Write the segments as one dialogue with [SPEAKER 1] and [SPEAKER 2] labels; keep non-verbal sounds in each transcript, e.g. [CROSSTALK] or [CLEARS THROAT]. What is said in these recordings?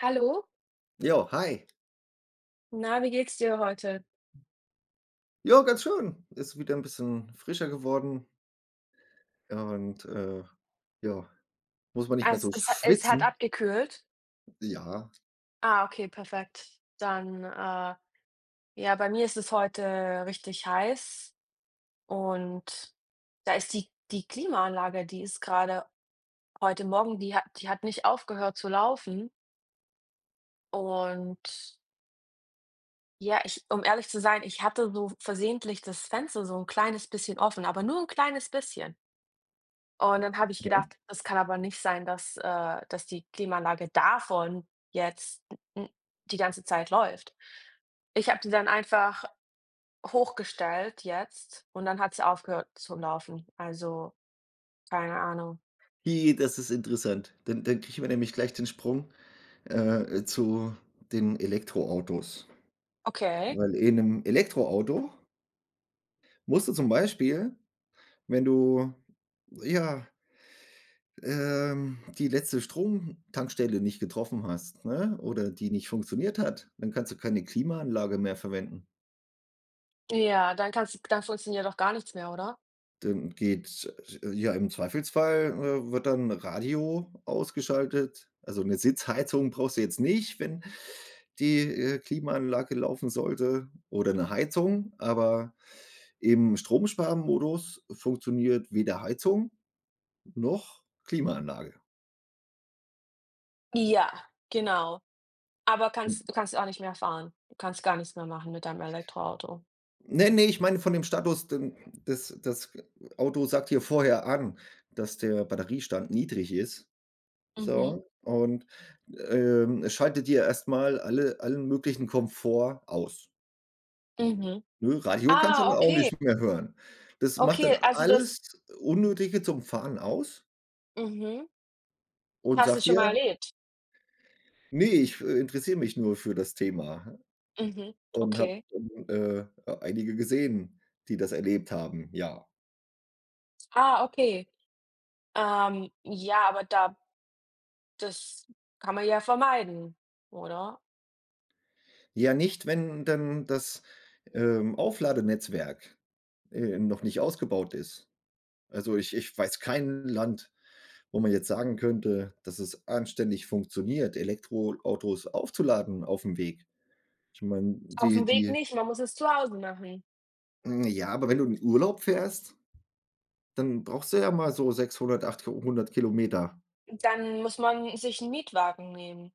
[SPEAKER 1] Hallo,
[SPEAKER 2] Jo, hi.
[SPEAKER 1] na, wie geht's dir heute?
[SPEAKER 2] Ja, ganz schön. Ist wieder ein bisschen frischer geworden und, ja, muss man nicht
[SPEAKER 1] Ah,
[SPEAKER 2] mehr
[SPEAKER 1] es
[SPEAKER 2] so
[SPEAKER 1] es es hat
[SPEAKER 2] schwitzen.
[SPEAKER 1] abgekühlt?
[SPEAKER 2] Ja,
[SPEAKER 1] Ah, okay, perfekt. Dann, ja, bei mir ist es heute richtig heiß und da ist die Klimaanlage, die ist gerade heute Morgen die hat nicht aufgehört zu laufen und ja, ich um ehrlich zu sein, ich hatte so versehentlich das Fenster so ein kleines bisschen offen, aber nur ein kleines bisschen. Und dann habe ich
[SPEAKER 2] ne?
[SPEAKER 1] gedacht: „Das kann aber nicht sein, dass dass die Klimaanlage davon jetzt n die ganze Zeit läuft.“ Ich habe die dann einfach hochgestellt jetzt und dann hat sie aufgehört zu laufen. Also, keine Ahnung.
[SPEAKER 2] Hi, das ist interessant. Dann kriegen wir nämlich gleich den Sprung, zu den Elektroautos.
[SPEAKER 1] Okay.
[SPEAKER 2] Weil in 'nem Elektroauto musst du zum Beispiel, wenn du, ja, die letzte Stromtankstelle nicht getroffen hast, ne, oder die nicht funktioniert hat, dann kannst du keine Klimaanlage mehr verwenden.
[SPEAKER 1] Ja, dann kannst du dann funktioniert doch gar nichts mehr, oder?
[SPEAKER 2] Dann geht ja, im Zweifelsfall, wird dann Radio ausgeschaltet. Also, eine Sitzheizung brauchst du jetzt nicht, wenn die, Klimaanlage laufen sollte oder eine Heizung, aber im Stromsparmodus funktioniert weder Heizung noch Klimaanlage.
[SPEAKER 1] Ja, genau. Aber
[SPEAKER 2] Hm,
[SPEAKER 1] kannst du kannst auch nicht mehr fahren. Du kannst gar nichts mehr machen mit deinem Elektroauto.
[SPEAKER 2] ne, ne, ich meine von dem Status, denn das Auto sagt hier vorher an, dass der Batteriestand niedrig ist.
[SPEAKER 1] Mhm.
[SPEAKER 2] So, und, schaltet dir erstmal allen möglichen Komfort aus,
[SPEAKER 1] Mhm.
[SPEAKER 2] ne? Radio kannst du
[SPEAKER 1] Ah,
[SPEAKER 2] dann auch
[SPEAKER 1] okay.
[SPEAKER 2] nicht mehr hören. Das macht dann
[SPEAKER 1] Okay, also
[SPEAKER 2] alles
[SPEAKER 1] das.
[SPEAKER 2] Unnötige zum Fahren aus
[SPEAKER 1] Mhm.
[SPEAKER 2] und
[SPEAKER 1] Hast du
[SPEAKER 2] sagt
[SPEAKER 1] schon
[SPEAKER 2] dir:
[SPEAKER 1] mal erlebt?
[SPEAKER 2] nee ich, interessiere mich nur für das Thema.“
[SPEAKER 1] Mhm,
[SPEAKER 2] Und habe,
[SPEAKER 1] okay.
[SPEAKER 2] äh, einige gesehen, die das erlebt haben, ja.
[SPEAKER 1] Ah, okay. Ja, aber da, das kann man ja vermeiden, oder?
[SPEAKER 2] Ja, nicht, wenn dann das, Aufladenetzwerk, noch nicht ausgebaut ist. Also, ich weiß kein Land wo man jetzt sagen könnte, dass es anständig funktioniert, Elektroautos aufzuladen auf dem Weg. Ich meine,
[SPEAKER 1] Auf
[SPEAKER 2] die
[SPEAKER 1] dem Weg
[SPEAKER 2] die
[SPEAKER 1] nicht, man muss es zu Hause machen.
[SPEAKER 2] hm, ja, aber wenn du in Urlaub fährst, dann brauchst du ja mal so 600, 800 Kilometer.
[SPEAKER 1] Dann muss man sich einen Mietwagen nehmen,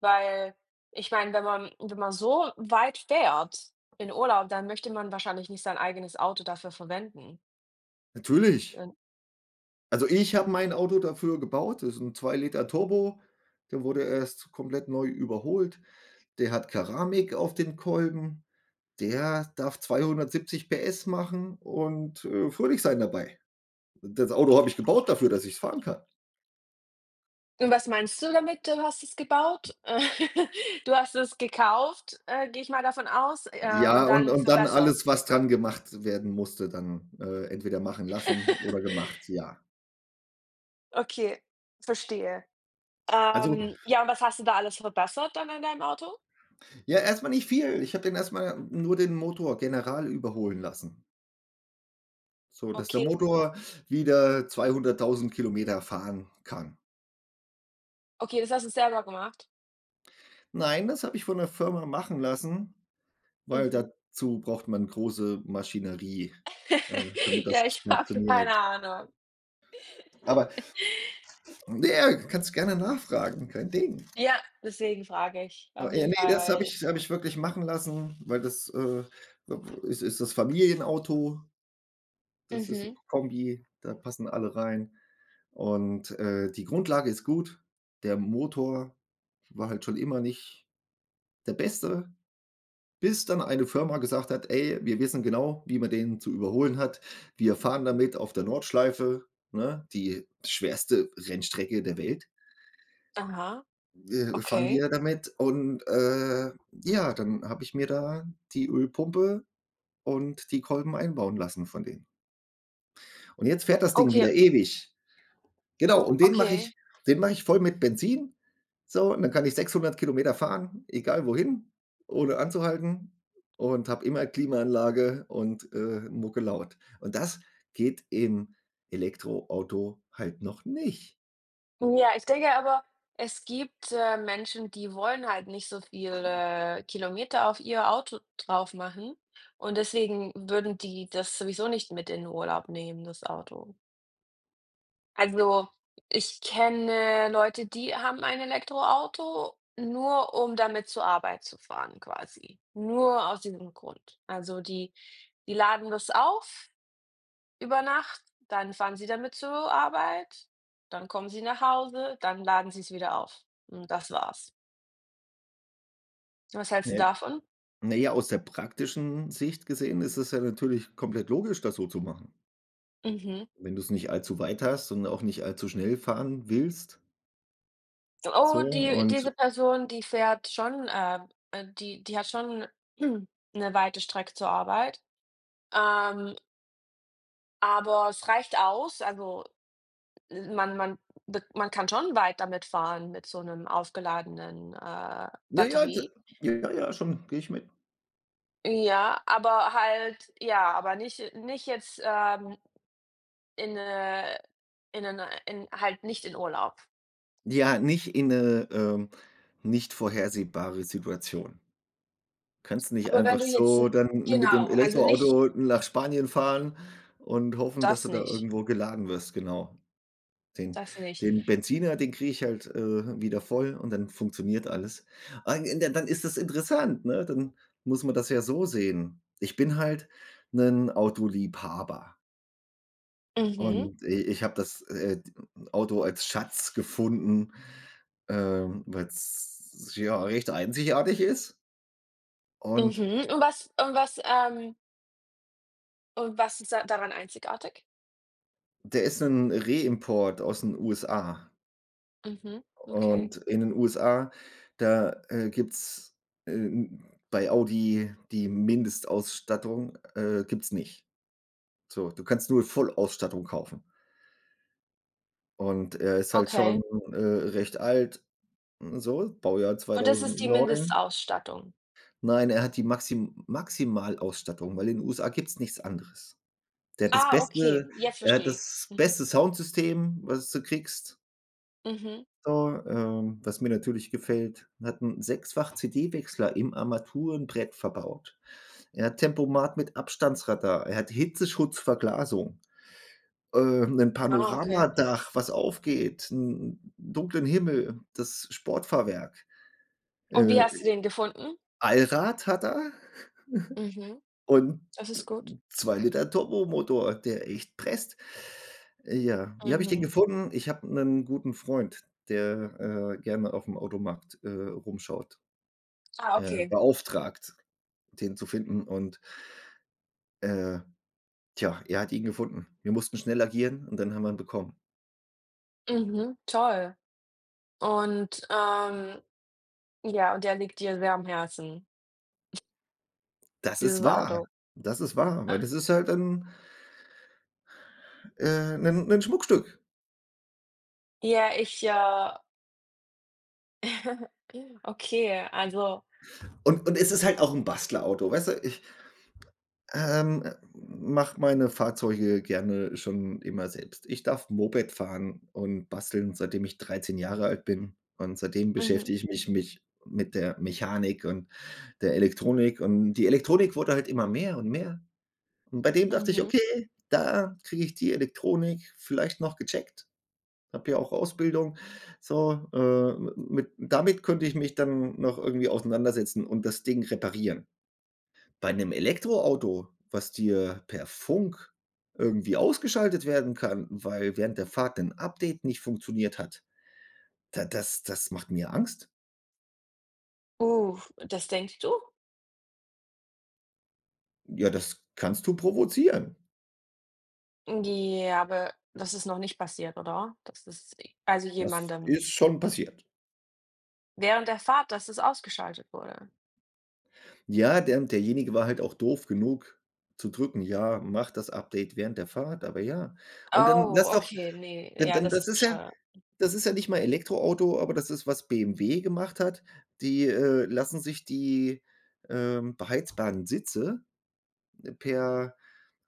[SPEAKER 1] weil ich meine, wenn man so weit fährt in Urlaub, dann möchte man wahrscheinlich nicht sein eigenes Auto dafür verwenden.
[SPEAKER 2] Natürlich.
[SPEAKER 1] Dann.
[SPEAKER 2] Also, ich habe mein Auto dafür gebaut. Das ist ein 2 Liter Turbo. Der wurde erst komplett neu überholt. Der hat Keramik auf den Kolben. Der darf 270 PS machen und, fröhlich sein dabei. Das Auto habe ich gebaut dafür, dass ich es fahren kann.
[SPEAKER 1] Und was meinst du damit, du hast es gebaut? [LAUGHS] Du hast es gekauft, gehe ich mal davon aus,
[SPEAKER 2] Ja,
[SPEAKER 1] und
[SPEAKER 2] und
[SPEAKER 1] dann
[SPEAKER 2] und dann
[SPEAKER 1] verbessert.
[SPEAKER 2] alles, was dran gemacht werden musste, dann, entweder machen lassen oder
[SPEAKER 1] [LAUGHS]
[SPEAKER 2] gemacht, ja.
[SPEAKER 1] Okay, verstehe.
[SPEAKER 2] Also,
[SPEAKER 1] Ja, und was hast du da alles verbessert dann an deinem Auto?
[SPEAKER 2] ja, erstmal nicht viel. Ich habe den erstmal nur den Motor general überholen lassen, so dass der
[SPEAKER 1] Okay,
[SPEAKER 2] Motor wieder 200.000 Kilometer fahren kann.
[SPEAKER 1] okay, das hast du selber gemacht?
[SPEAKER 2] Nein, das habe ich von der Firma machen lassen, weil
[SPEAKER 1] Mhm.
[SPEAKER 2] dazu braucht man große Maschinerie, äh, damit
[SPEAKER 1] [LAUGHS]
[SPEAKER 2] das
[SPEAKER 1] Ja, ich habe [LAUGHS] keine
[SPEAKER 2] funktioniert.
[SPEAKER 1] Ahnung.
[SPEAKER 2] Aber, ja, kannst gerne nachfragen, kein Ding.
[SPEAKER 1] Ja, deswegen frage ich
[SPEAKER 2] Oh,
[SPEAKER 1] auf
[SPEAKER 2] ja,
[SPEAKER 1] jeden
[SPEAKER 2] ne,
[SPEAKER 1] Fall,
[SPEAKER 2] das habe
[SPEAKER 1] weil.
[SPEAKER 2] ich habe ich wirklich machen lassen, weil das, ist das Familienauto. Das ist 'n
[SPEAKER 1] Mhm.
[SPEAKER 2] Kombi, da passen alle rein und, die Grundlage ist gut. Der Motor war halt schon immer nicht der Beste, bis dann eine Firma gesagt hat: „Ey, wir wissen genau, wie man den zu überholen hat. Wir fahren damit auf der Nordschleife, ne, die schwerste Rennstrecke der Welt,
[SPEAKER 1] Aha,
[SPEAKER 2] fahren
[SPEAKER 1] okay.
[SPEAKER 2] wir damit.“ Und, ja, dann habe ich mir da die Ölpumpe und die Kolben einbauen lassen von denen. Und jetzt fährt das Ding
[SPEAKER 1] Okay,
[SPEAKER 2] wieder ewig. Genau, und
[SPEAKER 1] okay.
[SPEAKER 2] den mache ich voll mit Benzin, so, und dann kann ich 600 Kilometer fahren, egal wohin, ohne anzuhalten und habe immer Klimaanlage und, Mucke laut. Und das geht im Elektroauto halt noch nicht.
[SPEAKER 1] Ja, ich denke aber, es gibt, Menschen, die wollen halt nicht so viele Kilometer auf ihr Auto drauf machen und deswegen würden die das sowieso nicht mit in den Urlaub nehmen, das Auto. Also, ich kenne Leute, die haben ein Elektroauto, nur um damit zur Arbeit zu fahren quasi. Nur aus diesem Grund. Also, die laden das auf über Nacht, dann fahren sie damit zur Arbeit, dann kommen sie nach Hause, dann laden sie es wieder auf. Und das war's. Was hältst du
[SPEAKER 2] Ne,
[SPEAKER 1] davon?
[SPEAKER 2] na ja, aus der praktischen Sicht gesehen ist es ja natürlich komplett logisch, das so zu machen.
[SPEAKER 1] Mhm.
[SPEAKER 2] Wenn du's nicht allzu weit hast und auch nicht allzu schnell fahren willst,
[SPEAKER 1] Oh,
[SPEAKER 2] so
[SPEAKER 1] die
[SPEAKER 2] und
[SPEAKER 1] diese Person, die fährt schon, die hat schon [CLEARS THROAT] 'ne weite Strecke zur Arbeit, ähm, aber es reicht aus. Also, äh, man man man kann schon weit damit fahren mit so 'nem aufgeladenen,
[SPEAKER 2] Ja, ja, d
[SPEAKER 1] Batterie.
[SPEAKER 2] ja, ja, schon, gehe ich mit.
[SPEAKER 1] Ja, aber halt ja, aber nicht jetzt, In, äh in 'nen in halt nicht in Urlaub.
[SPEAKER 2] Ja, nicht in 'ne, nicht vorhersehbare Situation. Kannst nicht
[SPEAKER 1] Aber wenn
[SPEAKER 2] einfach
[SPEAKER 1] du jetzt 'n.
[SPEAKER 2] so dann mit dem
[SPEAKER 1] Genau, also nicht
[SPEAKER 2] Elektroauto nach Spanien fahren und hoffen, dass
[SPEAKER 1] das
[SPEAKER 2] du da
[SPEAKER 1] nicht,
[SPEAKER 2] irgendwo geladen wirst, genau. Den
[SPEAKER 1] das nicht.
[SPEAKER 2] den Benziner, den kriege ich halt, wieder voll und dann funktioniert alles. Ah, in der dann ist das interessant, ne? Dann muss man das ja so sehen. Ich bin halt 'nen Autoliebhaber.
[SPEAKER 1] Mhm,
[SPEAKER 2] Und i ich habe das, Auto als Schatz gefunden, weil's, ja, recht einzigartig ist. Und
[SPEAKER 1] mhm. Und was ist da daran einzigartig?
[SPEAKER 2] der ist 'n Reimport aus den USA.
[SPEAKER 1] Mhm, okay,
[SPEAKER 2] Und in den USA, da, gibt's, äh, bei Audi die Mindestausstattung, gibt's nicht. So, du kannst nur Vollausstattung kaufen. Und er ist halt schon,
[SPEAKER 1] okay.
[SPEAKER 2] recht alt, so, Baujahr
[SPEAKER 1] Und das ist die
[SPEAKER 2] 2009.
[SPEAKER 1] Mindestausstattung?
[SPEAKER 2] Nein, er hat die Maximalausstattung, weil in den USA gibt's nichts anderes. Der hat das
[SPEAKER 1] Ah, okay,
[SPEAKER 2] beste
[SPEAKER 1] jetzt
[SPEAKER 2] Er hat
[SPEAKER 1] verstehe ich.
[SPEAKER 2] das
[SPEAKER 1] Mhm,
[SPEAKER 2] beste Soundsystem, was du kriegst,
[SPEAKER 1] mhm.
[SPEAKER 2] so, was mir natürlich gefällt. Hat 'n sechsfach CD-Wechsler im Armaturenbrett verbaut. Er hat Tempomat mit Abstandsradar. Er hat Hitzeschutzverglasung, 'nen
[SPEAKER 1] Ah, okay.
[SPEAKER 2] Panoramadach, was aufgeht, 'n dunklen Himmel, das Sportfahrwerk.
[SPEAKER 1] Und wie
[SPEAKER 2] Äh,
[SPEAKER 1] hast du den gefunden?
[SPEAKER 2] Allrad hat er
[SPEAKER 1] Mhm,
[SPEAKER 2] und
[SPEAKER 1] das ist gut.
[SPEAKER 2] zwei Liter Turbomotor, der echt presst. Ja, wie habe ich den
[SPEAKER 1] Mhm.
[SPEAKER 2] gefunden? Ich habe 'nen guten Freund, der, gerne aufm Automarkt, rumschaut,
[SPEAKER 1] Ah, okay.
[SPEAKER 2] beauftragt, den zu finden und, äh, tja, er hat ihn gefunden. Wir mussten schnell agieren und dann haben wir ihn bekommen.
[SPEAKER 1] Mhm, toll. Und, ja, und der liegt dir sehr am Herzen?
[SPEAKER 2] Das ist
[SPEAKER 1] Dieses
[SPEAKER 2] wahr.
[SPEAKER 1] Auto.
[SPEAKER 2] Das ist wahr,
[SPEAKER 1] Äh,
[SPEAKER 2] weil das ist halt 'n 'nen 'nen Schmuckstück.
[SPEAKER 1] ja, ich, [LAUGHS] okay, also
[SPEAKER 2] Und es ist halt auch 'n Bastlerauto, weißt du? Ich Mache meine Fahrzeuge gerne schon immer selbst. Ich darf Moped fahren und basteln, seitdem ich 13 Jahre alt bin. Und seitdem
[SPEAKER 1] mhm,
[SPEAKER 2] beschäftige ich mich mit der Mechanik und der Elektronik. Und die Elektronik wurde halt immer mehr und mehr. Und bei dem dachte ich:
[SPEAKER 1] mhm.
[SPEAKER 2] „Okay, da kriege ich die Elektronik vielleicht noch gecheckt.“ Habe ja auch Ausbildung, so, mit damit könnte ich mich dann noch irgendwie auseinandersetzen und das Ding reparieren. Bei 'nem Elektroauto, was dir per Funk irgendwie ausgeschaltet werden kann, weil während der Fahrt 'nen Update nicht funktioniert hat, da das macht mir Angst.
[SPEAKER 1] Uh, das denkst du?
[SPEAKER 2] Ja, das kannst du provozieren.
[SPEAKER 1] Ja, aber das ist noch nicht passiert, oder? Das ist also
[SPEAKER 2] Das
[SPEAKER 1] jemandem
[SPEAKER 2] ist schon passiert.
[SPEAKER 1] während der Fahrt, dass es ausgeschaltet wurde?
[SPEAKER 2] Ja, der derjenige war halt auch doof genug zu drücken: „Ja, mach das Update während der Fahrt“, aber ja. Und dann
[SPEAKER 1] Oh,
[SPEAKER 2] lass doch
[SPEAKER 1] okay, ne,
[SPEAKER 2] dann
[SPEAKER 1] ja,
[SPEAKER 2] dann
[SPEAKER 1] das
[SPEAKER 2] das
[SPEAKER 1] ist
[SPEAKER 2] ist ja
[SPEAKER 1] bescheuert.
[SPEAKER 2] nicht mal Elektroauto, aber das ist, was BMW gemacht hat. Die, lassen sich die, beheizbaren Sitze per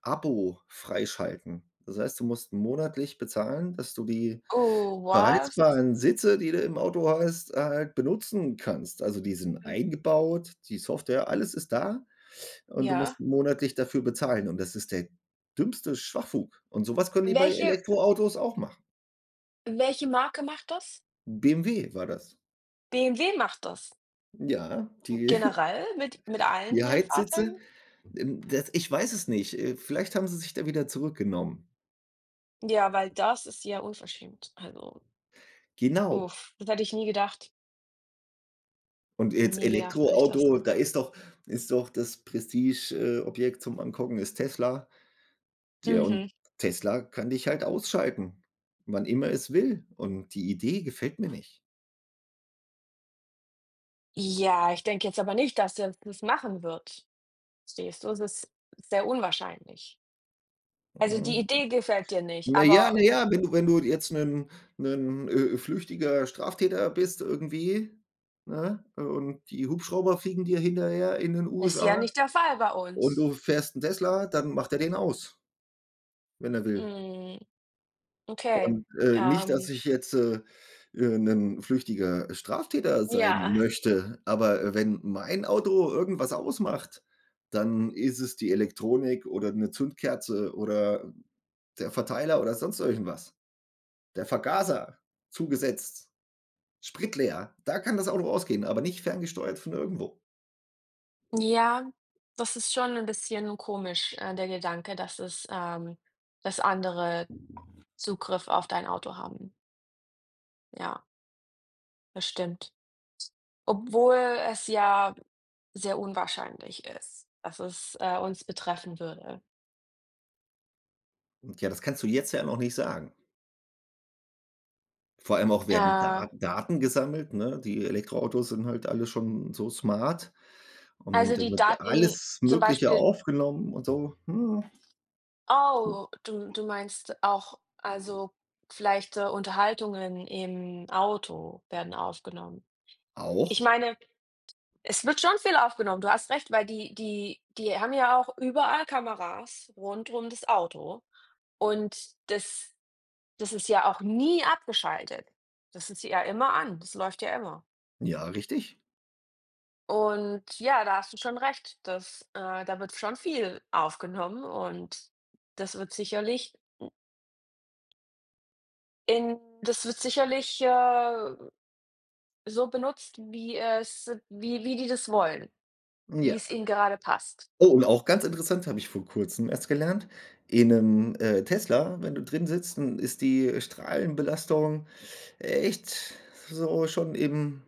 [SPEAKER 2] Abo freischalten. Das heißt, du musst monatlich bezahlen, dass du die
[SPEAKER 1] Oh, was?
[SPEAKER 2] beheizbaren Sitze, die du im Auto hast, halt benutzen kannst. Also, die sind
[SPEAKER 1] Hm,
[SPEAKER 2] eingebaut, die Software, alles ist da und du
[SPEAKER 1] ja.
[SPEAKER 2] musst monatlich dafür bezahlen und das ist der dümmste Schwachfug und sowas können die bei
[SPEAKER 1] Welche
[SPEAKER 2] Elektroautos auch machen.
[SPEAKER 1] welche Marke macht das?
[SPEAKER 2] BMW war das.
[SPEAKER 1] BMW macht das?
[SPEAKER 2] Ja, die [LAUGHS]
[SPEAKER 1] Generell mit allen
[SPEAKER 2] die
[SPEAKER 1] ihren
[SPEAKER 2] Heizsitze,
[SPEAKER 1] Fahrzeugen?
[SPEAKER 2] das ich weiß es nicht. Vielleicht haben sie sich da wieder zurückgenommen.
[SPEAKER 1] Ja, weil das ist ja unverschämt, also.
[SPEAKER 2] Genau.
[SPEAKER 1] Uff, das hätte ich nie gedacht.
[SPEAKER 2] Und jetzt
[SPEAKER 1] Nie gedacht hätte ich das.
[SPEAKER 2] Elektroauto, da ist doch das Prestige Objekt zum Angucken ist Tesla. Der und
[SPEAKER 1] Mhm.
[SPEAKER 2] Tesla kann dich halt ausschalten, wann immer es will. Und die Idee gefällt mir nicht.
[SPEAKER 1] Ja, ich denke jetzt aber nicht, dass er das machen wird. Stehst du? Es ist sehr unwahrscheinlich. Also, die
[SPEAKER 2] Mhm.
[SPEAKER 1] Idee gefällt dir nicht,
[SPEAKER 2] Na ja
[SPEAKER 1] aber
[SPEAKER 2] na
[SPEAKER 1] du
[SPEAKER 2] ja, wenn du jetzt 'nen flüchtiger Straftäter bist irgendwie, ne, und die Hubschrauber fliegen dir hinterher in den
[SPEAKER 1] ist ja
[SPEAKER 2] USA
[SPEAKER 1] nicht der Fall bei
[SPEAKER 2] und
[SPEAKER 1] uns.
[SPEAKER 2] du fährst 'n Tesla, dann macht er den aus, wenn er will.
[SPEAKER 1] Hm, okay.
[SPEAKER 2] Und, nicht, dass
[SPEAKER 1] Ähm,
[SPEAKER 2] ich jetzt, 'nen flüchtiger Straftäter sein
[SPEAKER 1] ja.
[SPEAKER 2] möchte, aber, wenn mein Auto irgendwas ausmacht, dann ist es die Elektronik oder 'ne Zündkerze oder der Verteiler oder sonst irgendwas. Der Vergaser zugesetzt, spritleer, da kann das Auto ausgehen, aber nicht ferngesteuert von irgendwo.
[SPEAKER 1] Ja, das ist schon ein bisschen komisch, der Gedanke, dass es dass andere Zugriff auf dein Auto haben. Ja, das stimmt. Obwohl es ja sehr unwahrscheinlich ist, dass es, uns betreffen würde.
[SPEAKER 2] Und ja, das kannst du jetzt ja noch nicht sagen. Vor allem auch werden
[SPEAKER 1] Äh,
[SPEAKER 2] Da Daten gesammelt, ne? Die Elektroautos sind halt alle schon so smart. Und
[SPEAKER 1] also
[SPEAKER 2] da
[SPEAKER 1] die
[SPEAKER 2] wird
[SPEAKER 1] Daten
[SPEAKER 2] alles
[SPEAKER 1] zum
[SPEAKER 2] Mögliche
[SPEAKER 1] Beispiel.
[SPEAKER 2] aufgenommen und so. Hm,
[SPEAKER 1] Oh, du meinst auch also vielleicht, Unterhaltungen im Auto werden aufgenommen. Ich
[SPEAKER 2] auch.
[SPEAKER 1] meine, es wird schon viel aufgenommen, du hast recht, weil die haben ja auch überall Kameras rund um das Auto und das ist ja auch nie abgeschaltet. Das ist ja immer an, das läuft ja immer.
[SPEAKER 2] Ja, richtig.
[SPEAKER 1] Und ja, da hast du schon recht, dass, da wird schon viel aufgenommen und das wird sicherlich das wird sicherlich, so benutzt, wie es wie die das wollen, wie
[SPEAKER 2] Ja.
[SPEAKER 1] es ihnen gerade passt.
[SPEAKER 2] Oh, und auch ganz interessant, habe ich vor Kurzem erst gelernt, in 'nem, Tesla, wenn du drin sitzt, dann ist die Strahlenbelastung echt so schon im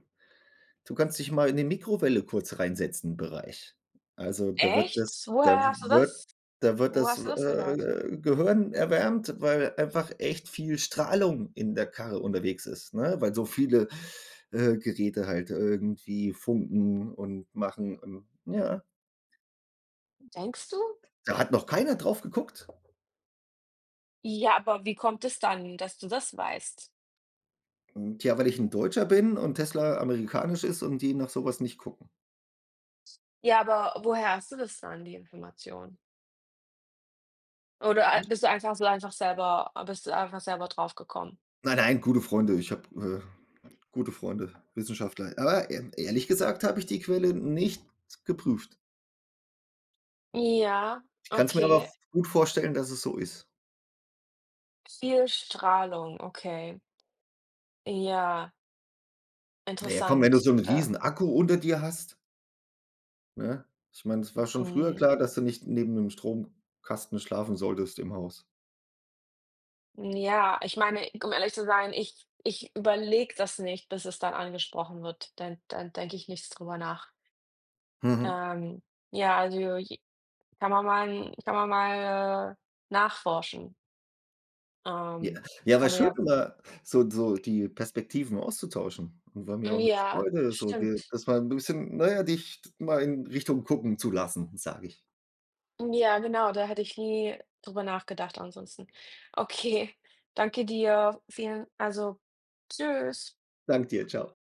[SPEAKER 2] du kannst dich mal in die Mikrowelle kurz reinsetzen Bereich. Also,
[SPEAKER 1] Echt?
[SPEAKER 2] da
[SPEAKER 1] Woher hast du
[SPEAKER 2] wird
[SPEAKER 1] das,
[SPEAKER 2] da wird
[SPEAKER 1] wo
[SPEAKER 2] das,
[SPEAKER 1] hast du das gehört?
[SPEAKER 2] Gehirn erwärmt, weil einfach echt viel Strahlung in der Karre unterwegs ist, ne? Weil so viele, Geräte halt irgendwie funken und machen und ja.
[SPEAKER 1] Denkst du?
[SPEAKER 2] Da hat noch keiner drauf geguckt.
[SPEAKER 1] Ja, aber wie kommt es dann, dass du das weißt?
[SPEAKER 2] Und ja, weil ich ein Deutscher bin und Tesla amerikanisch ist und die nach sowas nicht gucken.
[SPEAKER 1] Ja, aber woher hast du das dann, die Information? Oder ei bist du einfach so einfach selber bist du einfach selber drauf gekommen?
[SPEAKER 2] Nein, nein, gute Freunde. Ich habe, gute Freunde, Wissenschaftler. Aber e ehrlich gesagt habe ich die Quelle nicht geprüft.
[SPEAKER 1] Ja,
[SPEAKER 2] Ich kann's mir aber
[SPEAKER 1] okay.
[SPEAKER 2] gut vorstellen, dass es so ist.
[SPEAKER 1] Viel Strahlung, okay. Ja,
[SPEAKER 2] Na ja, komm, wenn du
[SPEAKER 1] interessant.
[SPEAKER 2] so 'n
[SPEAKER 1] Äh,
[SPEAKER 2] Riesenakku unter dir hast, ne? Ich meine, es war schon früher
[SPEAKER 1] mhm.
[SPEAKER 2] klar, dass du nicht neben 'nem Stromkasten schlafen solltest im Haus.
[SPEAKER 1] Ja, ich meine, um ehrlich zu sein, ich überlege das nicht, bis es dann angesprochen wird. Dann denke ich nichts drüber nach.
[SPEAKER 2] Mhm.
[SPEAKER 1] Ähm, ja, also, j kann man mal nachforschen.
[SPEAKER 2] Ja,
[SPEAKER 1] Ähm, das
[SPEAKER 2] ja, war
[SPEAKER 1] kann man
[SPEAKER 2] schön,
[SPEAKER 1] ja.
[SPEAKER 2] immer die Perspektiven auszutauschen und war mir
[SPEAKER 1] Hm,
[SPEAKER 2] auch 'ne
[SPEAKER 1] ja,
[SPEAKER 2] Freude, so dir
[SPEAKER 1] stimmt.
[SPEAKER 2] das mal 'n bisschen, na ja, dich mal in Richtung gucken zu lassen, sage ich.
[SPEAKER 1] Hm, ja, genau, da hätte ich nie drüber nachgedacht ansonsten. Okay, danke dir. Vielen also, tschüss.
[SPEAKER 2] Danke dir, tschau.